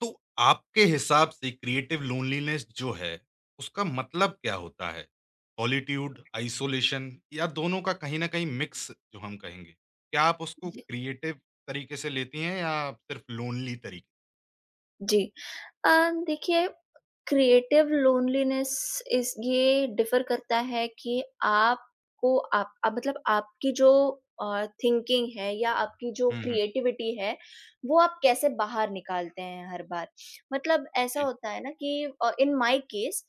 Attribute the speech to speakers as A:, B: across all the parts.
A: तो आपके हिसाब से क्रिएटिव लोनलीनेस जो है, उसका मतलब क्या होता है? सॉलिट्यूड, आइसोलेशन या दोनों का कहीं न कहीं मिक्स जो हम कहेंगे। क्या आप उसको
B: जी,
A: क्रिएटिव तरीके से लेती हैं या सिर्फ़ लोनली तरीके?
B: जी। देखिए, क्रिएटिव लोनलीनेस इस ये डिफर करता है कि आप मतलब आपकी जो थिंकिंग है या आपकी जो
A: हुँ, हुँ।
B: क्रिएटिविटी है, वो आप कैसे बाहर निकालते हैं हर बार। मतलब ऐसा
A: जी,
B: होता है ना कि इन माय केस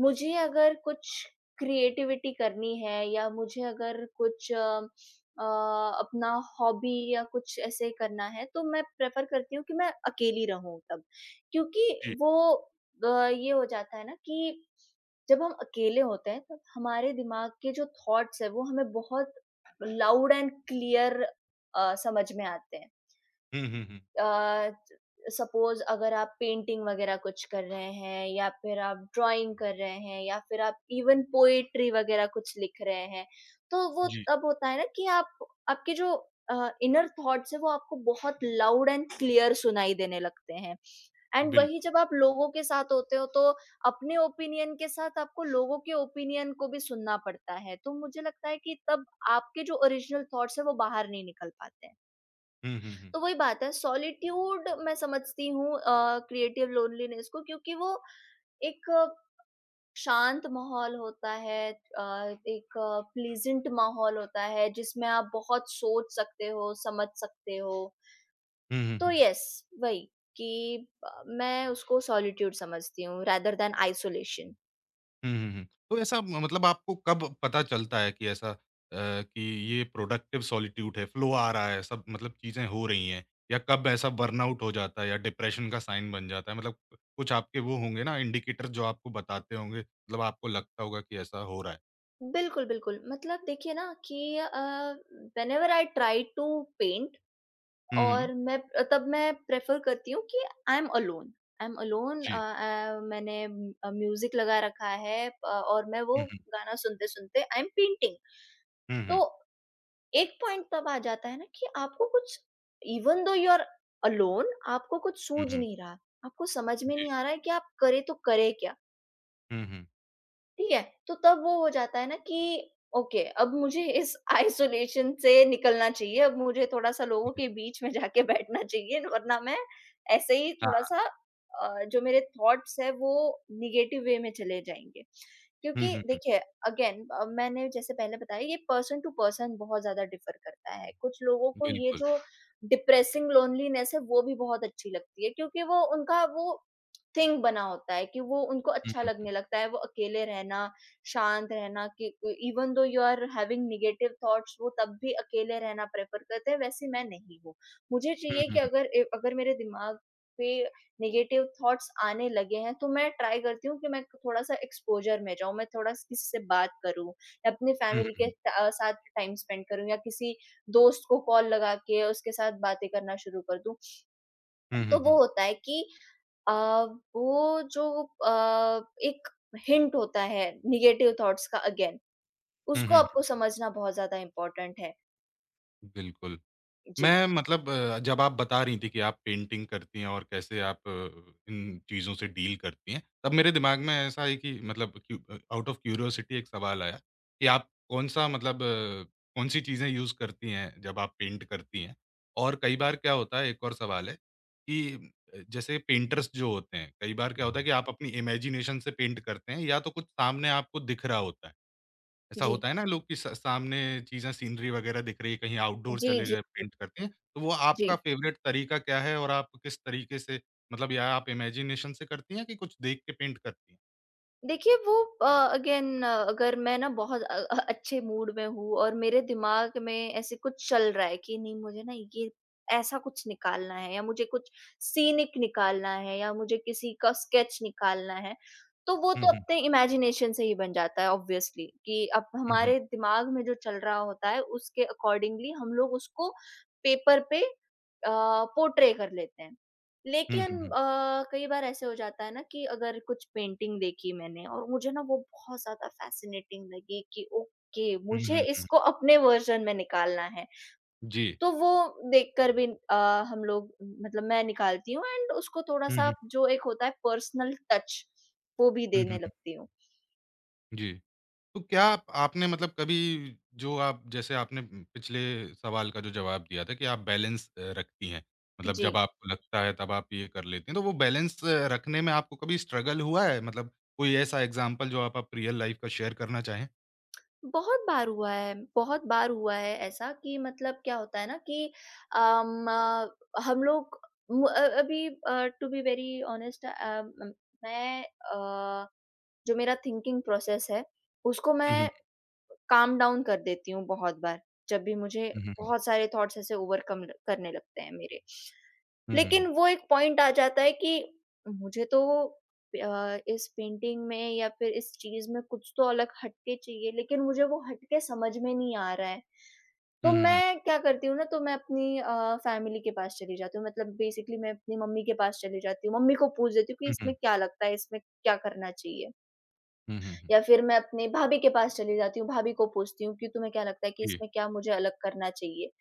B: मुझे अगर कुछ क्रिएटिविटी करनी है या मुझे अगर कुछ अ, अपना हॉबी या कुछ ऐसे करना है, तो मैं प्रेफर करती हूँ कि मैं अकेली रहूं तब, क्योंकि
A: जी।
B: वो ये हो जाता है ना कि जब हम अकेले होते हैं, तब हमारे दिमाग के जो थॉट्स है वो हमें बहुत लाउड एंड क्लियर समझ में आते हैं।
A: हुँ, हुँ, हुँ।
B: सपोज अगर आप पेंटिंग वगैरह कुछ कर रहे हैं या फिर आप ड्राइंग कर रहे हैं या फिर आप इवन पोएट्री वगैरह कुछ लिख रहे हैं, तो वो
A: जी,
B: तब होता है ना कि आप आपके जो इनर थॉट्स है वो आपको बहुत लाउड एंड क्लियर सुनाई देने लगते हैं। एंड वही
A: बिल्कुल।
B: जब आप लोगों के साथ होते हो, तो अपने ओपिनियन के साथ आपको लोगों के ओपिनियन को भी सुनना पड़ता है। तो मुझे लगता है कि तब आपके जो ओरिजिनल थॉट्स हैं वो बाहर नहीं निकल पाते हैं।
A: हुँ, हुँ, हुँ।
B: तो वही बात है, सॉलिट्यूड मैं समझती हूँ क्रिएटिव लोनलीनेस को, क्योंकि वो एक शांत माहौल होता है, एक प्लीजेंट माहौल होता है जिसमें आप बहुत सोच सकते हो, समझ सकते हो।
A: हुँ, हुँ,
B: तो
A: हुँ।
B: यस, वही कि मैं उसको सॉलिट्यूड समझती हूँ रादर देन आइसोलेशन।
A: हुँ, हुँ, हुँ। तो ऐसा मतलब आपको कब पता चलता है कि ऐसा अ, कि ये प्रोडक्टिव सॉलिट्यूड है, फ़्लो आ रहा है, सब मतलब चीज़ें हो रही हैं? या कब ऐसा बर्नआउट हो जाता है या डिप्रेशन का साइन बन जाता है? मतलब कुछ आपके वो होंगे ना इंडिकेटर जो आपको बताते होंगे, मतलब आपको लगता होगा कि ऐसा हो रहा है।
B: बिल्कुल, बिल्कुल। मतलब देखिए ना कि whenever I try to paint
A: हुँ, हुँ।
B: और मैं तब मैं प्रेफर करती हूँ कि I am alone I am alone.
A: जी।
B: मैंने म्यूजिक लगा रखा है और मैं वो
A: हुँ, हुँ।
B: गाना सुनते सुनते आई एम पेंटिंग।
A: हुँ,
B: तो
A: हुँ।
B: एक पॉइंट तब आ जाता है ना कि आपको कुछ, even though you are alone, आपको कुछ
A: हुँ,
B: सूझ
A: हुँ।
B: नहीं रहा, आपको समझ में
A: जी।
B: नहीं आ रहा है कि आप करे तो करे क्या।
A: हुँ, हुँ।
B: ठीक है, तो तब वो हो जाता है ना कि ओके, अब मुझे इस आइसोलेशन से निकलना चाहिए, अब मुझे थोड़ा-सा लोगों के बीच में जाके बैठना चाहिए, वरना मैं ऐसे ही
A: हाँ।
B: थोड़ा-सा जो मेरे थॉट्स हैं वो नेगेटिव वे में चले जाएँगे।
A: हुँ,
B: क्योंकि
A: हुँ, हुँ।
B: देखिए, अगेन, मैंने जैसे पहले बताया, ये पर्सन टू पर्सन बहुत ज़्यादा डिफर करता है। कुछ लोगों को ये
A: बिल्कुल।
B: जो डिप्रेसिंग लोनलीनेस है वो भी बहुत अच्छी लगती है, क्योंकि वो उनका वो थिंग बना होता है कि वो उनको
A: हुँ,
B: अच्छा
A: हुँ।
B: लगने लगता है, वो अकेले रहना, शांत रहना, कि इ even though you are having negative thoughts, वो तब भी अकेले रहना प्रेफ़र करते हैं, वैसे मैं नहीं हूँ। मुझे
A: हुँ,
B: चाहिए
A: हुँ,
B: कि
A: हुँ।
B: अगर मेरे दिमाग पे नेगेटिव थॉट्स आने लगे हैं, तो मैं ट्राई करती हूँ कि मैं थोड़ा-सा एक्सपोज़र में जाऊँ, मैं थोड़ा स किसी से बात करूँ या अपनी
A: हुँ, हुँ,
B: फैमिली के
A: हुँ।
B: साथ टाइम स्पेंड करूँ या किसी दोस्त को कॉल लगा के उसके साथ बातें करना शुरू कर दूँ।
A: हुँ, हुँ,
B: तो
A: हुँ।
B: वो होता है कि अ, वो जो एक हिंट होता है नेगेटिव थॉट्स का, अगेन,
A: हुँ,
B: उसको
A: हुँ,
B: आपको
A: हुँ।
B: समझना बहुत ज़्यादा इम्पोर्टेंट है।
A: बिल्कुल।
B: जी।
A: मैं मतलब जब आप बता रही थी कि आप पेंटिंग करती हैं और कैसे आप इन चीज़ों से डील करती हैं, तब मेरे दिमाग में ऐसा है कि मतलब आउट ऑफ क्यूरियोसिटी एक सवाल आया कि आप कौन-सी चीज़ें यूज़ करती हैं जब आप पेंट करती हैं? और कई बार क्या होता है एक और सवाल है कि जैसे पेंटर्स जो होते हैं, कई बार क्या होता है कि आप अपनी इमेजिनेशन से पेंट करते हैं या तो कुछ सामने आपको दिख रहा होता है। ऐसा
B: जी।
A: होता है ना लोग कि स सामने चीज़ें सीनरी वगैरह दिख रही है, कहीं आउटडोर
B: जी,
A: चले
B: जी,
A: गए पेंट करते हैं। तो वो आपका
B: जी।
A: फ़ेवरेट तरीका क्या है और आप किस तरीके से मतलब या आप इमेजिनेशन से करती हैं कि कुछ देख के पेंट करती हैं?
B: देखिए, अ, अगेन अगर मैं ना बहुत अच्छे मूड में हूँ और मेरे दिमाग में ऐसे कुछ चल रहा है कि नहीं मुझे ना ये ऐसा कुछ निकालना है या मुझे कुछ सीनिक निकालना है या मुझे किसी का स्केच निकालना है, तो वो
A: हुँ,
B: तो
A: हुँ।
B: अपने इमेजिनेशन से ही बन जाता है ऑब्वियसली कि अब
A: हुँ, हुँ।
B: हमारे दिमाग में जो चल रहा होता है उसके अकॉर्डिंगली हम लोग उसको पेपर पे पोर्ट्रे कर लेते हैं।
A: हुँ,
B: लेकिन
A: हुँ, हुँ।
B: कई बार ऐसे हो जाता है ना कि अगर कुछ पेंटिंग देखी मैंने और मुझे ना वो बहुत ज़्यादा फ़ैसिनेटिंग लगी कि ओके,
A: हुँ,
B: मुझे
A: हुँ, हुँ।
B: इसको अपने वर्ज़न में निकालना है।
A: जी।
B: तो वो देखकर भी हम लोग, मतलब मैं निकालती हूँ, एंड उसको
A: हुँ,
B: थोड़ा-सा
A: हुँ।
B: जो एक होता है पर्सनल टच, वो भी
A: हुँ, हुँ,
B: देने
A: हुँ।
B: लगती हूँ।
A: जी। तो क्या आप आपने मतलब कभी जो आप जैसे आपने पिछले सवाल का जो जवाब दिया था कि आप बैलेंस रखती हैं। मतलब जब
B: जी।
A: आपको लगता है तब आप ये कर लेती हैं। तो वो बैलेंस रखने में आपको कभी स्ट्रगल हुआ है? मतलब कोई ऐसा एग्ज़ाम्पल जो आप रियल लाइफ़ का शेयर करना चाहें?
B: बहुत बार हुआ है, बहुत बार हुआ है ऐसा कि मतलब क्या होता है ना कि हम लोग, अभी टू बी वेरी ऑनेस्ट, मैं अ, जो मेरा थिंकिंग प्रोसेस है, उसको
A: हुँ, हुँ।
B: मैं काम डाउन कर देती हूँ बहुत बार, जब भी मुझे
A: हुँ, हुँ, हुँ।
B: बहुत सारे थॉट्स ऐसे ओवरकम ल करने लगते हैं मेरे।
A: हुँ, हुँ,
B: लेकिन वो एक पॉइंट आ जाता है कि मुझे तो इस पेंटिंग में या फिर इस चीज़ में कुछ तो अलग हटके चाहिए, लेकिन मुझे वो हटके समझ में नहीं आ रहा है। तो
A: हुँ।
B: मैं क्या करती हूँ ना, तो मैं अपनी फैमिली के पास चली जाती हूँ, मतलब बेसिकली मैं अपनी मम्मी के पास चली जाती हूँ। मम्मी को पूछ देती हूँ कि
A: हुँ, हुँ,
B: इसमें
A: हुँ।
B: क्या लगता है, इसमें क्या करना चाहिए?
A: हुँ, हुँ, हुँ, हुँ।
B: या फिर मैं अपनी भाभी के पास चली जाती हूँ, भाभी को पूछती हूँ कि तुम्हें क्या लगता है कि
A: जी।
B: इसमें क्या मुझे अलग करना चाहिए?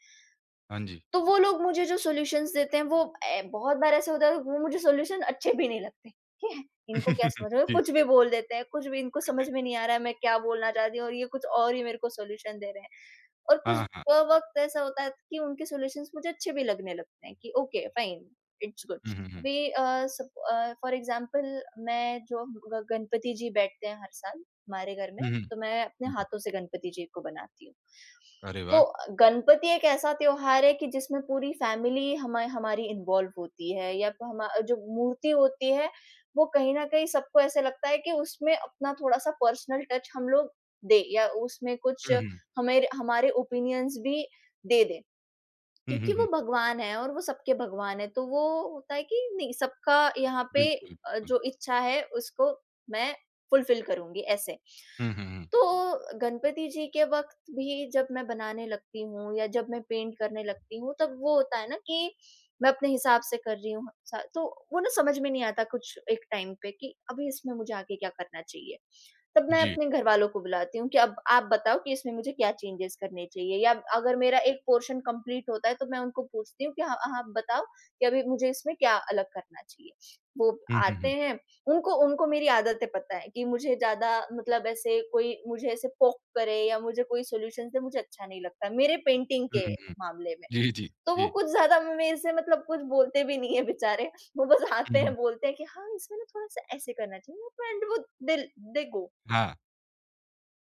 A: हाँ जी।
B: तो वो लोग मुझे जो सॉल्यूशंस देते हैं वो बहुत बार ऐसा होता है वो मुझे सॉल्यूशन अच्छे भी नहीं लगते, ठीक है, इनको क्या समझ में,
A: जी।
B: कुछ भी बोल देते हैं, कुछ भी, इनको समझ में नहीं आ रहा है मैं क्या बोलना चाहती हूँ और ये कुछ और ही मेरे को सॉल्यूशन दे रहे हैं। और कुछ
A: हाँ, हाँ।
B: वक्त ऐसा होता है कि उनके सॉल्यूशंस मुझे अच्छे भी लगने लगते हैं कि ओके फाइन, इट्स गुड।
A: हुँ, हुँ, हुँ।
B: अभी, फॉर एग्जांपल, मैं जो गणपति जी बैठते हैं हर साल हमारे घर
A: हुँ,
B: में,
A: हुँ,
B: तो मैं अपने
A: हुँ, हुँ।
B: हाथों से गणपति जी को बनाती हूँ।
A: अरे
B: तो
A: वाह!
B: गणपति एक ऐसा त्योहार है कि जिसमें पूरी फैमिली हमारी हमारी इन्वॉल्व होती है, या प हमा जो मूर्ति होती है, वो कहीं न कहीं सबको ऐसे लगता है कि उसमें अपना थोड़ा-सा पर्सनल टच हम लोग दें या उसमें कुछ
A: हुँ, हुँ।
B: हमेर हमारे ओपिनियंस भी दे दें।
A: हुँ, हुँ,
B: क्योंकि वो
A: हुँ।
B: भगवान है और वो सबके भगवान है, तो वो होता है कि नहीं, सबका यहाँ पे
A: बिल्कुल, बिल्कुल।
B: जो इच्छा है उसको मैं फुलफिल करूँगी ऐसे।
A: हुँ, हुँ, हुँ।
B: तो गणपति जी के वक़्त भी जब मैं बनाने लगती हूँ या जब मैं पेंट करने लगती हूँ, तब वो होता है ना कि मैं अपने हिसाब से कर रही हूँ, सा तो वो ना समझ में नहीं आता कुछ एक टाइम पे कि अभी इसमें मुझे आगे क्या करना चाहिए। तब मैं
A: जी।
B: अपने घर वालों को बुलाती हूँ कि अब आप बताओ कि इसमें मुझे क्या चेंजेस करने चाहिए या अगर मेरा एक पोर्शन कंप्लीट होता है तो मैं उनको पूछती हूँ कि हाँ हाँ, आप बताओ कि अभी मुझे इसमें क्या अलग करना चाहिए। वो
A: हुँ, हुँ,
B: आते
A: हुँ।
B: हैं, उनको उनको मेरी आदतें पता है कि मुझे ज़्यादा, मतलब ऐसे कोई मुझे ऐसे पोक करे या मुझे कोई सॉल्यूशन दे मुझे अच्छा नहीं लगता मेरे पेंटिंग
A: हुँ,
B: के
A: हुँ, हुँ।
B: मामले में।
A: जी, जी,
B: तो वो
A: जी।
B: कुछ ज़्यादा मेरे से, मतलब, कुछ बोलते भी नहीं है बेचारे, वो बस
A: हुँ,
B: आते हैं
A: हुँ।
B: बोलते हैं कि हाँ, इसमें ना थोड़ा-सा ऐसे करना चाहिए एंड वो दे दे गो।
A: हाँ।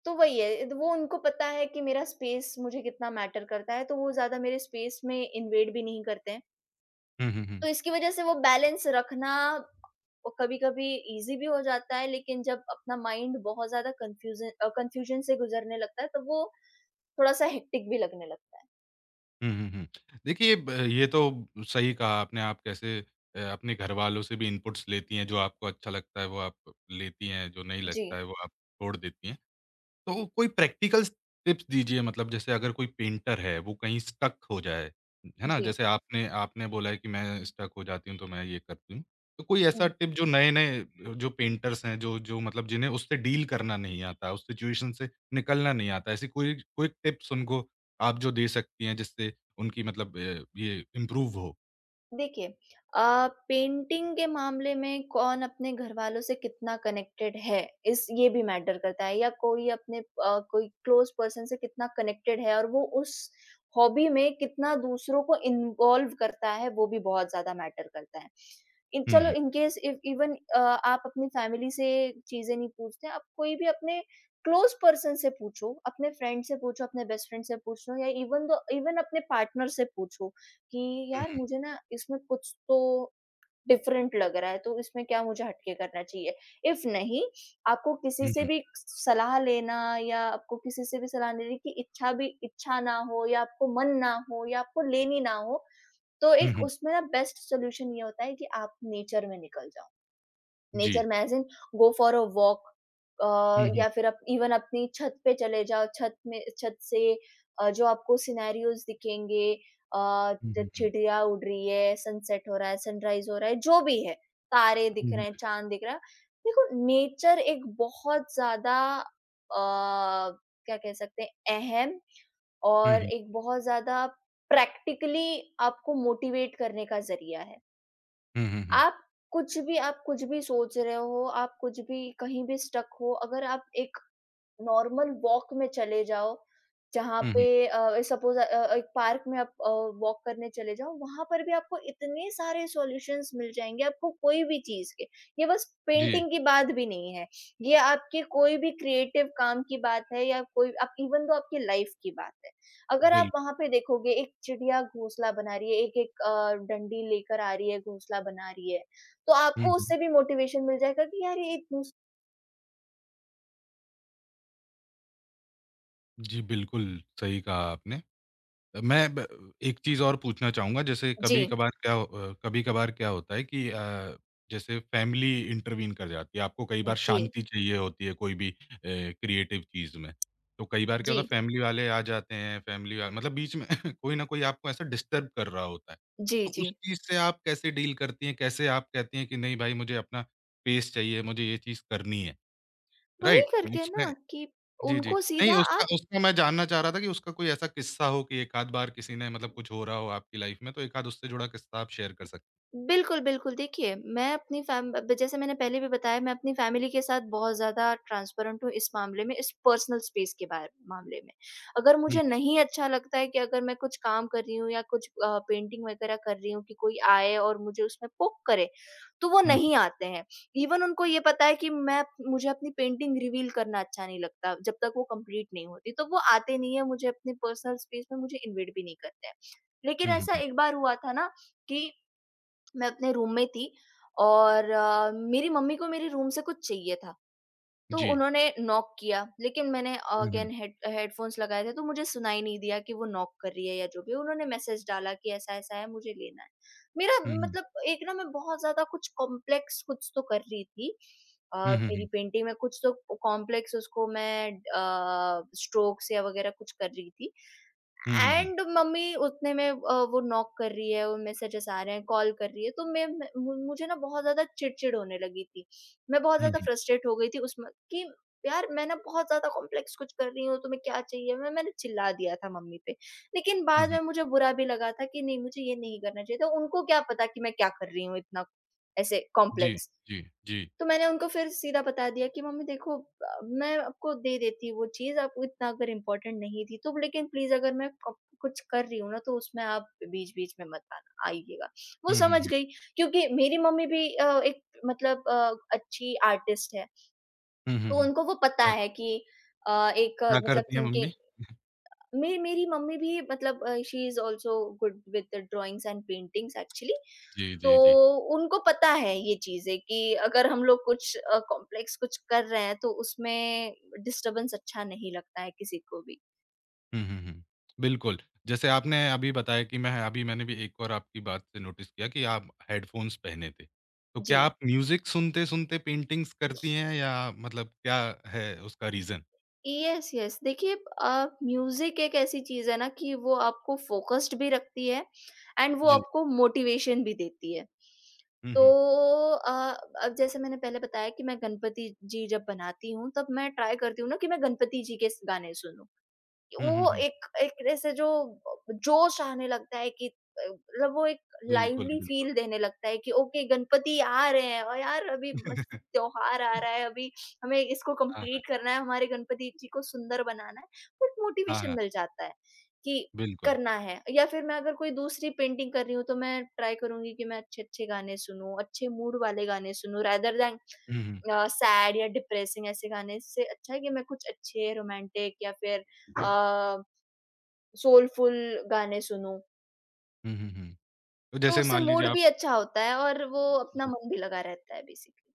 B: तो वही है, वो उनको पता है कि मेरा स्पेस मुझे कितना मैटर करता है, तो वो ज़्यादा मेरे स्पेस में इन्वेड भी नहीं करते हैं।
A: हुँ, हुँ, हुँ।
B: तो इसकी वजह से वो बैलेंस रखना कभी-कभी ईज़ी भी हो जाता है, लेकिन जब अपना माइंड बहुत ज़्यादा कन्फ्यूजन से गुज़रने लगता है, तब वो थोड़ा-सा हेक्टिक भी लगने लगता है।
A: हुँ, हुँ, हुँ। देखिए ब ये तो सही कहा आपने, आप कैसे अपने घरवालों से भी इनपुट्स लेती हैं, जो आपको अच्छा लगता है वो आप लेती हैं, जो नहीं लगता
B: जी,
A: है वो आप छोड़ देती हैं। तो कोई प्रैक्टिकल टिप्स दीजिए मतलब जैसे अगर कोई पेंटर है वो कहीं स्टक हो जाए, है ना?
B: जी।
A: जैसे आपने आपने बोला है कि मैं स्टक हो जाती हूँ तो मैं ये करती हूँ। तो कोई ऐसा
B: हुँ।
A: टिप जो नए-नए जो पेंटर्स हैं जो जो मतलब जिन्हें उससे डील करना नहीं आता, उस सिचुएशन से निकलना नहीं आता, ऐसी कोई क्विक टिप्स उनको आप जो दे सकती हैं जिससे उनकी मतलब ये इम्प्रूव हो?
B: देखिए, पेंटिंग के मामले में कौन अपने घर वालों से कितना कनेक्टेड है इस ये भी मैटर करता है, या कोई अपने कोई क्लोज पर्सन से कितना कनेक्टेड है और वो उस हॉबी में कितना दूसरों को इन्वॉल्व करता है वो भी बहुत ज्यादा मैटर करता है। इन
A: हुँ,
B: चलो,
A: हुँ।
B: इन केस इफ इवन आप अपनी फैमिली से चीजें नहीं पूछते, आप कोई भी अपने क्लोज पर्सन से पूछो, अपने फ्रेंड से पूछो, अपने बेस्ट फ्रेंड से पूछो या इवन दो इवन अपने पार्टनर से पूछो कि
A: हुँ,
B: यार
A: हुँ।
B: मुझे ना इसमें कुछ तो डिफरेंट लग रहा है, तो इसमें क्या मुझे हटके करना चाहिए? इफ नहीं आपको किसी
A: हुँ,
B: से
A: हुँ।
B: भी सलाह लेना या आपको किसी से भी सलाह लेने की इच्छा ना हो या आपको मन ना हो या आपको लेनी ना हो, तो
A: हुँ,
B: एक
A: हुँ।
B: उसमें ना बेस्ट सॉल्यूशन ये होता है कि आप नेचर में निकल जाओ।
A: जी।
B: नेचर में as in go for a walk.
A: हुँ, हुँ।
B: या फिर आप इवन अपनी छत पे चले जाओ, छत से जो आपको सिनेरियोज़ दिखेंगे। अ,
A: हुँ,
B: च
A: हुँ, हुँ।
B: चिड़िया उड़ रही है, सनसेट हो रहा है, सनराइज़ हो रहा है, जो भी है, तारे दिख
A: हुँ, हुँ।
B: रहे हैं, चाँद दिख रहा है। देखो नेचर एक बहुत ज़्यादा क्या कह सकते हैं अहम
A: हुँ,
B: और
A: हुँ।
B: एक बहुत ज़्यादा प्रैक्टिकली आपको मोटिवेट करने का ज़रिया है।
A: हुँ, हुँ, हुँ।
B: आप आप कुछ भी सोच रहे हो, आप कुछ भी कहीं भी स्टक हो, अगर आप एक नॉर्मल वॉक में चले जाओ, जहाँ
A: हुँ,
B: पे
A: हुँ।
B: सपोज़ एक पार्क में आप वॉक करने चले जाओ, वहाँ पर भी आपको इतने सारे सॉल्यूशंस मिल जाएँगे, आपको कोई भी चीज़ के। ये बस
A: जी,
B: पेंटिंग की बात भी नहीं है, ये आपके कोई भी क्रिएटिव काम की बात है या कोई आप इवन दो आपकी लाइफ़ की बात है। अगर आप
A: बिल्कुल।
B: वहाँ पे देखोगे एक चिड़िया घोंसला बना रही है, एक-एक डंडी लेकर आ रही है, घोंसला बना रही है, तो
A: हुँ,
B: आपको
A: हुँ।
B: उससे भी मोटिवेशन मिल जाएगा कि यार ये एक घोंस।
A: जी, बिल्कुल, सही कहा आपने। मैं ब एक चीज़ और पूछना चाहूँगा जैसे
B: जी,
A: कभी-कभार क्या होता है कि जैसे फैमिली इंटरवीन कर जाती है, आपको कई बार
B: जी,
A: शांति चाहिए होती है कोई भी क्रिएटिव चीज़ में। तो कई बार क्या होता
B: जी।
A: है फैमिली वाले आ जाते हैं, फैमिली वा मतलब बीच में कोई न कोई आपको ऐसा डिस्टर्ब कर रहा होता है।
B: जी,
A: तो
B: जी।
A: उस चीज़ से आप कैसे डील करती हैं? कैसे आप कहती हैं कि नहीं भाई मुझे अपना स्पेस चाहिए, मुझे ये चीज़ करनी है,
B: वही
A: राइट? तो
B: करके
A: उसमें
B: ना कि
A: जी, जी।
B: उनको
A: नहीं
B: सीधा
A: उसका
B: आप।
A: उसका मैं जानना चाह रहा था कि उसका कोई ऐसा किस्सा हो कि एक आध बार किसी ने मतलब कुछ हो रहा हो आपकी लाइफ़ में, तो एक आध उससे जुड़ा किस्सा आप शेयर कर सक
B: बिल्कुल, बिल्कुल। देखिए, मैं अपनी फैम ब जैसे मैंने पहले भी बताया मैं अपनी फ़ैमिली के साथ बहुत ज़्यादा ट्रांसपेरेंट हूँ इस मामले में, इस पर्सनल स्पेस के बार मामले में। अगर
A: हुँ,
B: मुझे नहीं अच्छा लगता है कि अगर मैं कुछ काम कर रही हूँ या कुछ पेंटिंग वगैरह कर रही हूँ कि कोई आए और मुझे उसमें पोक करे, तो वो
A: हुँ,
B: नहीं आते हैं। इवन उनको ये पता है कि मैं मुझे अपनी पेंटिंग रिवील करना अच्छा नहीं लगता, जब तक वो कंप्लीट नहीं होती, तो वो आते नहीं हैं मुझे अपने पर्सनल स्पेस में मुझे इन्वाइट भी नहीं करते हैं। लेकिन
A: हुँ, हुँ,
B: ऐसा
A: हुँ।
B: एक बार हुआ था ना कि मैं अपने रूम में थी और मेरी मम्मी को मेरे रूम से कुछ चाहिए था। तो
A: जी।
B: उन्होंने नॉक किया, लेकिन मैंने
A: हुँ, हुँ,
B: अगेन हेडफ़ोन्स लगाए थे तो मुझे सुनाई नहीं दिया कि वो नॉक कर रही है या जो भी। उन्होंने मैसेज डाला कि ऐसा-ऐसा है मुझे लेना है। मेरा
A: हुँ, हुँ।
B: मतलब एक ना मैं बहुत ज़्यादा कुछ कॉम्प्लेक्स कुछ तो कर रही थी।
A: हुँ, हुँ,
B: मेरी
A: हुँ।
B: पेंटिंग में कुछ तो कॉम्प्लेक्स उसको मैं स्ट्रोक्स या वगैरह कुछ कर रही थी।
A: हुँ, हुँ, हुँ।
B: एंड मम्मी उतने में वो नॉक कर रही है, वो मैसेजेस आ रहे हैं, कॉल कर रही है, तो मैं मु मुझे ना बहुत ज़्यादा चिड़चिड़ होने लगी थी। मैं बहुत
A: हुँ,
B: ज़्यादा
A: हुँ,
B: फ्रस्ट्रेट हो गई थी उसमें कि यार मैं ना बहुत ज़्यादा कॉम्प्लेक्स कुछ कर रही हूँ, तुम्हें क्या चाहिए? मैंने चिल्ला दिया था मम्मी पे। लेकिन
A: हुँ,
B: बाद
A: हुँ।
B: में मुझे बुरा भी लगा था कि नहीं, मुझे ये नहीं करना चाहिए था। उनको क्या पता कि मैं क्या कर रही हूँ इतना ऐसे
A: जी,
B: कॉम्प्लेक्स।
A: जी, जी।
B: तो मैंने उनको फिर सीधा बता दिया कि मम्मी देखो, मैं आपको दे देती वो चीज़ आपको इतना अगर इम्पोर्टेंट नहीं थी तो, लेकिन प्लीज़ अगर मैं क कुछ कर रही हूँ ना तो उसमें आप बीच-बीच में मत आना आइएगा। वो
A: हुँ, हुँ,
B: समझ
A: हुँ।
B: गई क्योंकि मेरी मम्मी भी एक मतलब अच्छी आर्टिस्ट है,
A: हुँ, हुँ,
B: तो
A: हुँ।
B: उनको वो पता
A: क्या
B: है कि एक
A: क्या
B: मतलब
A: करती हैं
B: थिंकिंग।
A: मम्मी?
B: मे मेरी मम्मी भी मतलब she is also good with drawings and paintings actually.
A: जी,
B: तो
A: जी, जी।
B: उनको पता है ये चीजें कि अगर हम लोग कुछ कॉम्प्लेक्स कुछ कर रहे हैं तो उसमें डिस्टरबेंस अच्छा नहीं लगता है किसी को भी।
A: हुँ, हुँ, हुँ। बिल्कुल, जैसे आपने अभी बताया कि मैं अभी मैंने भी एक और आपकी बात से नोटिस किया कि आप हेडफ़ोन्स पहने थे। तो क्या
B: जी,
A: आप म्यूज़िक सुनते-सुनते पेंटिंग्स करती हैं या मतलब क्या है उसका रीज़न?
B: यस यस, देखिए, म्यूजिक एक ऐसी चीज है ना कि वो आपको फोकस्ड भी रखती है एंड वो
A: जी।
B: आपको मोटिवेशन भी देती है।
A: हुँ,
B: तो
A: हुँ।
B: अ, अब जैसे मैंने पहले बताया कि मैं गणपति जी जब बनाती हूँ तब मैं ट्राई करती हूँ ना कि मैं गणपति जी के गाने सुनूं।
A: हुँ, हुँ,
B: वो
A: हुँ।
B: एक एक तरह से जो जोश आने लगता है कि मतलब वो एक
A: बिल्कुल,
B: लाइवली
A: बिल्कुल।
B: फील देने लगता है कि ओके गणपति आ रहे हैं और यार अभी मस्त त्योहार आ रहा है, अभी हमें इसको
A: हाँ, हाँ।
B: कंप्लीट करना है, हमारे गणपति जी को सुंदर बनाना है। तो एक
A: हाँ,
B: मोटिवेशन
A: हाँ।
B: मिल जाता है कि
A: बिल्कुल।
B: करना है। या फिर मैं अगर कोई दूसरी पेंटिंग कर रही हूँ तो मैं ट्राई करूंगी कि मैं अच्छे अच्छे गाने सुनूं, अच्छे मूड वाले गाने सुनूं, rather than
A: हुँ, हुँ।
B: सैड या डिप्रेसिंग, ऐसे गाने से अच्छा है कि मैं कुछ अच्छे रोमांटिक या फिर सोलफुल गाने सुनूँ,
A: हुँ, हुँ, हुँ। तो
B: तो
A: जैसे
B: उससे
A: मान लीजिए
B: मूड
A: आप
B: भी अच्छा होता है और वो अपना
A: जी।
B: मन भी लगा रहता है बेसिकली।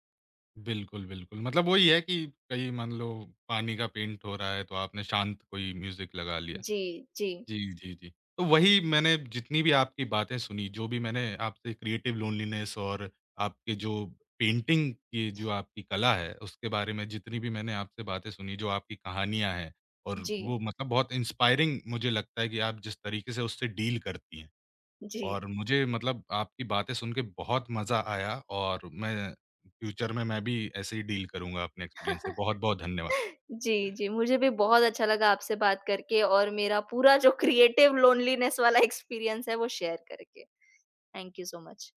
A: बिल्कुल, बिल्कुल। मतलब वही है कि कहीं मान लो पानी का पेंट हो रहा है तो आपने शांत कोई म्यूज़िक लगा लिया।
B: जी, जी,
A: जी, जी, जी। तो वही मैंने जितनी भी आपकी बातें सुनी, जो भी मैंने आपसे क्रिएटिव लोनलीनेस और आपके जो पेंटिंग की जो आपकी कला है, उसके बारे में जितनी भी मैंने आपसे बातें सुनी, जो आपकी कहानियाँ हैं और
B: जी,
A: वो मतलब बहुत इंस्पायरिंग मुझे लगता है कि आप जिस तरीके से उससे डील करती हैं
B: जी।
A: और मुझे मतलब आपकी बातें सुन के बहुत मज़ा आया और मैं फ्यूचर में मैं भी ऐसे ही डील करूँगा अपने एक्सपीरियंस से। बहुत-बहुत धन्यवाद।
B: जी, जी, मुझे भी बहुत अच्छा लगा आपसे बात करके और मेरा पूरा जो क्रिएटिव लोनलीनेस वाला एक्सपीरियंस है वो शेयर करके। Thank you so much.